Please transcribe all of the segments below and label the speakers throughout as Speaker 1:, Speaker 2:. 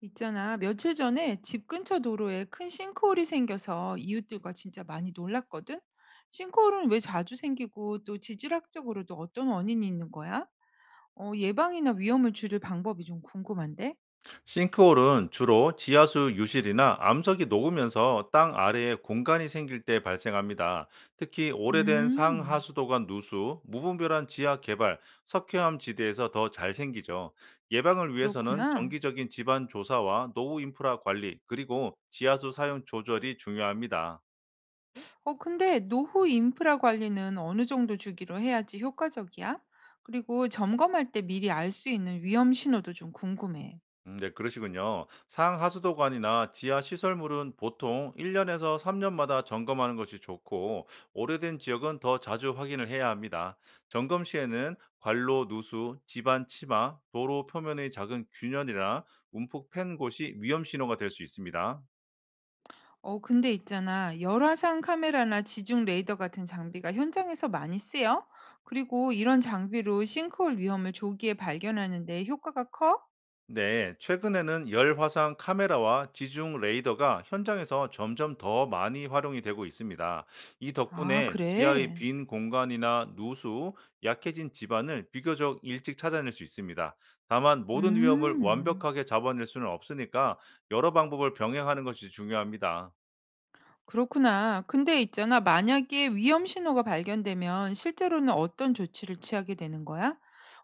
Speaker 1: 있잖아, 며칠 전에 집 근처 도로에 큰 싱크홀이 생겨서 이웃들과 진짜 많이 놀랐거든? 싱크홀은 왜 자주 생기고 또 지질학적으로도 어떤 원인이 있는 거야? 예방이나 위험을 줄일 방법이 좀 궁금한데?
Speaker 2: 싱크홀은 주로 지하수 유실이나 암석이 녹으면서 땅 아래에 공간이 생길 때 발생합니다. 특히 오래된
Speaker 1: 음,
Speaker 2: 상하수도관 누수, 무분별한 지하 개발, 석회암 지대에서 더 잘 생기죠. 예방을 위해서는
Speaker 1: 그렇구나.
Speaker 2: 정기적인 집안 조사와 노후 인프라 관리, 그리고 지하수 사용 조절이 중요합니다.
Speaker 1: 근데 노후 인프라 관리는 어느 정도 주기로 해야지 효과적이야? 그리고 점검할 때 미리 알 수 있는 위험 신호도 좀 궁금해.
Speaker 2: 네, 그러시군요. 상하수도관이나 지하 시설물은 보통 1년에서 3년마다 점검하는 것이 좋고, 오래된 지역은 더 자주 확인을 해야 합니다. 점검 시에는 관로 누수, 집안 치마, 도로 표면의 작은 균열이나 움푹 팬 곳이 위험 신호가 될 수 있습니다.
Speaker 1: 근데 있잖아. 열화상 카메라나 지중 레이더 같은 장비가 현장에서 많이 쓰여? 그리고 이런 장비로 싱크홀 위험을 조기에 발견하는데 효과가 커?
Speaker 2: 네, 최근에는 열 화상 카메라와 지중 레이더가 현장에서 점점 더 많이 활용이 되고 있습니다. 이
Speaker 1: 아,
Speaker 2: 덕분에 지하의
Speaker 1: 그래?
Speaker 2: 빈 공간이나 누수, 약해진 집안을 비교적 일찍 찾아낼 수 있습니다. 다만 모든 위험을
Speaker 1: 음,
Speaker 2: 완벽하게 잡아낼 수는 없으니까 여러 방법을 병행하는 것이 중요합니다.
Speaker 1: 그렇구나. 근데 있잖아. 만약에 위험 신호가 발견되면 실제로는 어떤 조치를 취하게 되는 거야?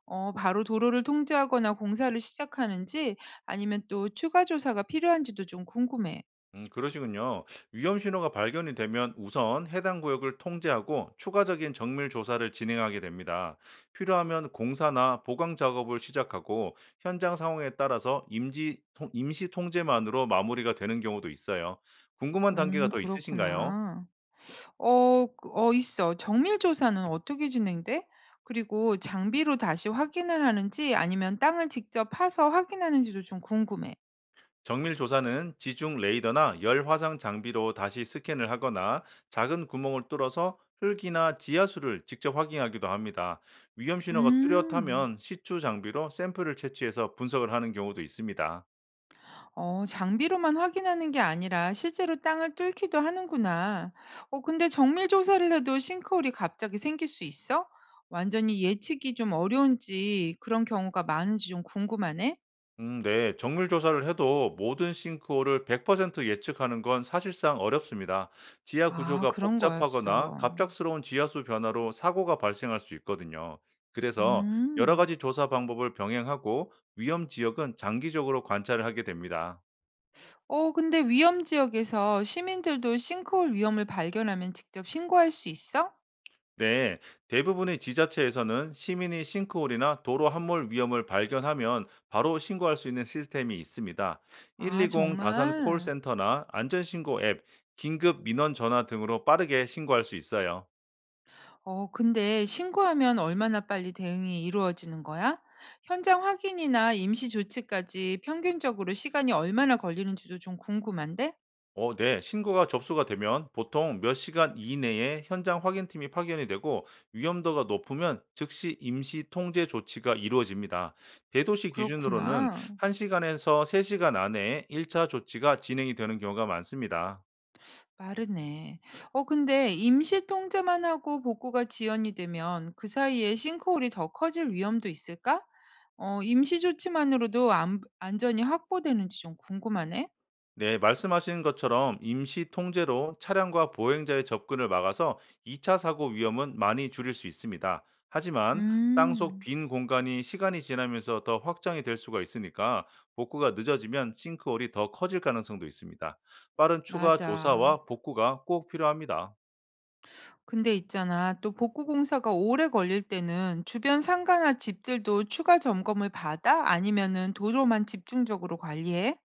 Speaker 1: 바로 도로를 통제하거나 공사를 시작하는지 아니면 또 추가 조사가 필요한지도 좀 궁금해.
Speaker 2: 그러시군요. 위험 신호가 발견이 되면 우선 해당 구역을 통제하고 추가적인 정밀 조사를 진행하게 됩니다. 필요하면 공사나 보강 작업을 시작하고 현장 상황에 따라서 임시 통제만으로 마무리가 되는 경우도 있어요. 궁금한 단계가 더 있으신가요?
Speaker 1: 그렇구나. 있어. 정밀 조사는 어떻게 진행돼? 그리고 장비로 다시 확인을 하는지 아니면 땅을 직접 파서 확인하는지도 좀 궁금해.
Speaker 2: 정밀 조사는 지중 레이더나 열 화상 장비로 다시 스캔을 하거나 작은 구멍을 뚫어서 흙이나 지하수를 직접 확인하기도 합니다. 위험 신호가
Speaker 1: 음.
Speaker 2: 뚜렷하면 시추 장비로 샘플을 채취해서 분석을 하는 경우도 있습니다.
Speaker 1: 장비로만 확인하는 게 아니라 실제로 땅을 뚫기도 하는구나. 근데 정밀 조사를 해도 싱크홀이 갑자기 생길 수 있어? 완전히 예측이 좀 어려운지 그런 경우가 많은지 좀 궁금하네.
Speaker 2: 네. 정밀 조사를 해도 모든 싱크홀을 100% 예측하는 건 사실상 어렵습니다. 지하
Speaker 1: 아
Speaker 2: 구조가
Speaker 1: 그런
Speaker 2: 복잡하거나
Speaker 1: 거였어.
Speaker 2: 갑작스러운 지하수 변화로 사고가 발생할 수 있거든요. 그래서 여러
Speaker 1: 음.
Speaker 2: 가지 조사 방법을 병행하고 위험 지역은 장기적으로 관찰을 하게 됩니다.
Speaker 1: 근데 위험 지역에서 시민들도 싱크홀 위험을 발견하면 직접 신고할 수 있어?
Speaker 2: 네, 대부분의 지자체에서는 시민이 싱크홀이나 도로 함몰 위험을 발견하면 바로 신고할 수 있는 시스템이 있습니다.
Speaker 1: 아,
Speaker 2: 120 다산
Speaker 1: 정말?
Speaker 2: 콜센터나 안전신고 앱, 긴급 민원 전화 등으로 빠르게 신고할 수 있어요.
Speaker 1: 근데 신고하면 얼마나 빨리 대응이 이루어지는 거야? 현장 확인이나 임시 조치까지 평균적으로 시간이 얼마나 걸리는지도 좀 궁금한데?
Speaker 2: 네, 신고가 접수가 되면 보통 몇 시간 이내에 현장 확인팀이 파견이 되고 위험도가 높으면 즉시 임시 통제 조치가 이루어집니다. 대도시 기준으로는
Speaker 1: 그렇구나.
Speaker 2: 1시간에서 3시간 안에 1차 조치가 진행이 되는 경우가 많습니다.
Speaker 1: 빠르네. 근데 임시 통제만 하고 복구가 지연이 되면 그 사이에 싱크홀이 더 커질 위험도 있을까? 임시 조치만으로도 안 안전이 확보되는지 좀 궁금하네.
Speaker 2: 네, 말씀하신 것처럼 임시 통제로 차량과 보행자의 접근을 막아서 2차 사고 위험은 많이 줄일 수 있습니다. 하지만 땅속
Speaker 1: 음.
Speaker 2: 빈 공간이 시간이 지나면서 더 확장이 될 수가 있으니까 복구가 늦어지면 싱크홀이 더 커질 가능성도 있습니다. 빠른 추가
Speaker 1: 맞아.
Speaker 2: 조사와 복구가 꼭 필요합니다.
Speaker 1: 근데 있잖아. 또 복구 공사가 오래 걸릴 때는 주변 상가나 집들도 추가 점검을 받아? 아니면은 도로만 집중적으로 관리해?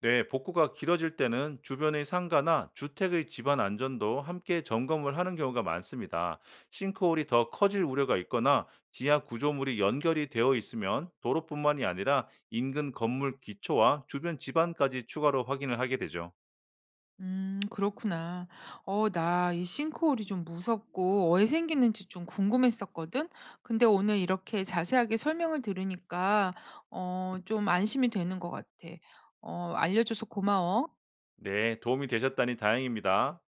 Speaker 2: 네, 복구가 길어질 때는 주변의 상가나 주택의 집안 안전도 함께 점검을 하는 경우가 많습니다. 싱크홀이 더 커질 우려가 있거나 지하 구조물이 연결이 되어 있으면 도로뿐만이 아니라 인근 건물 기초와 주변 집안까지 추가로 확인을 하게 되죠.
Speaker 1: 그렇구나. 어, 나 이 싱크홀이 좀 무섭고 왜 생기는지 좀 궁금했었거든. 근데 오늘 이렇게 자세하게 설명을 들으니까 어, 좀 안심이 되는 것 같아. 어, 알려줘서 고마워.
Speaker 2: 네, 도움이 되셨다니 다행입니다.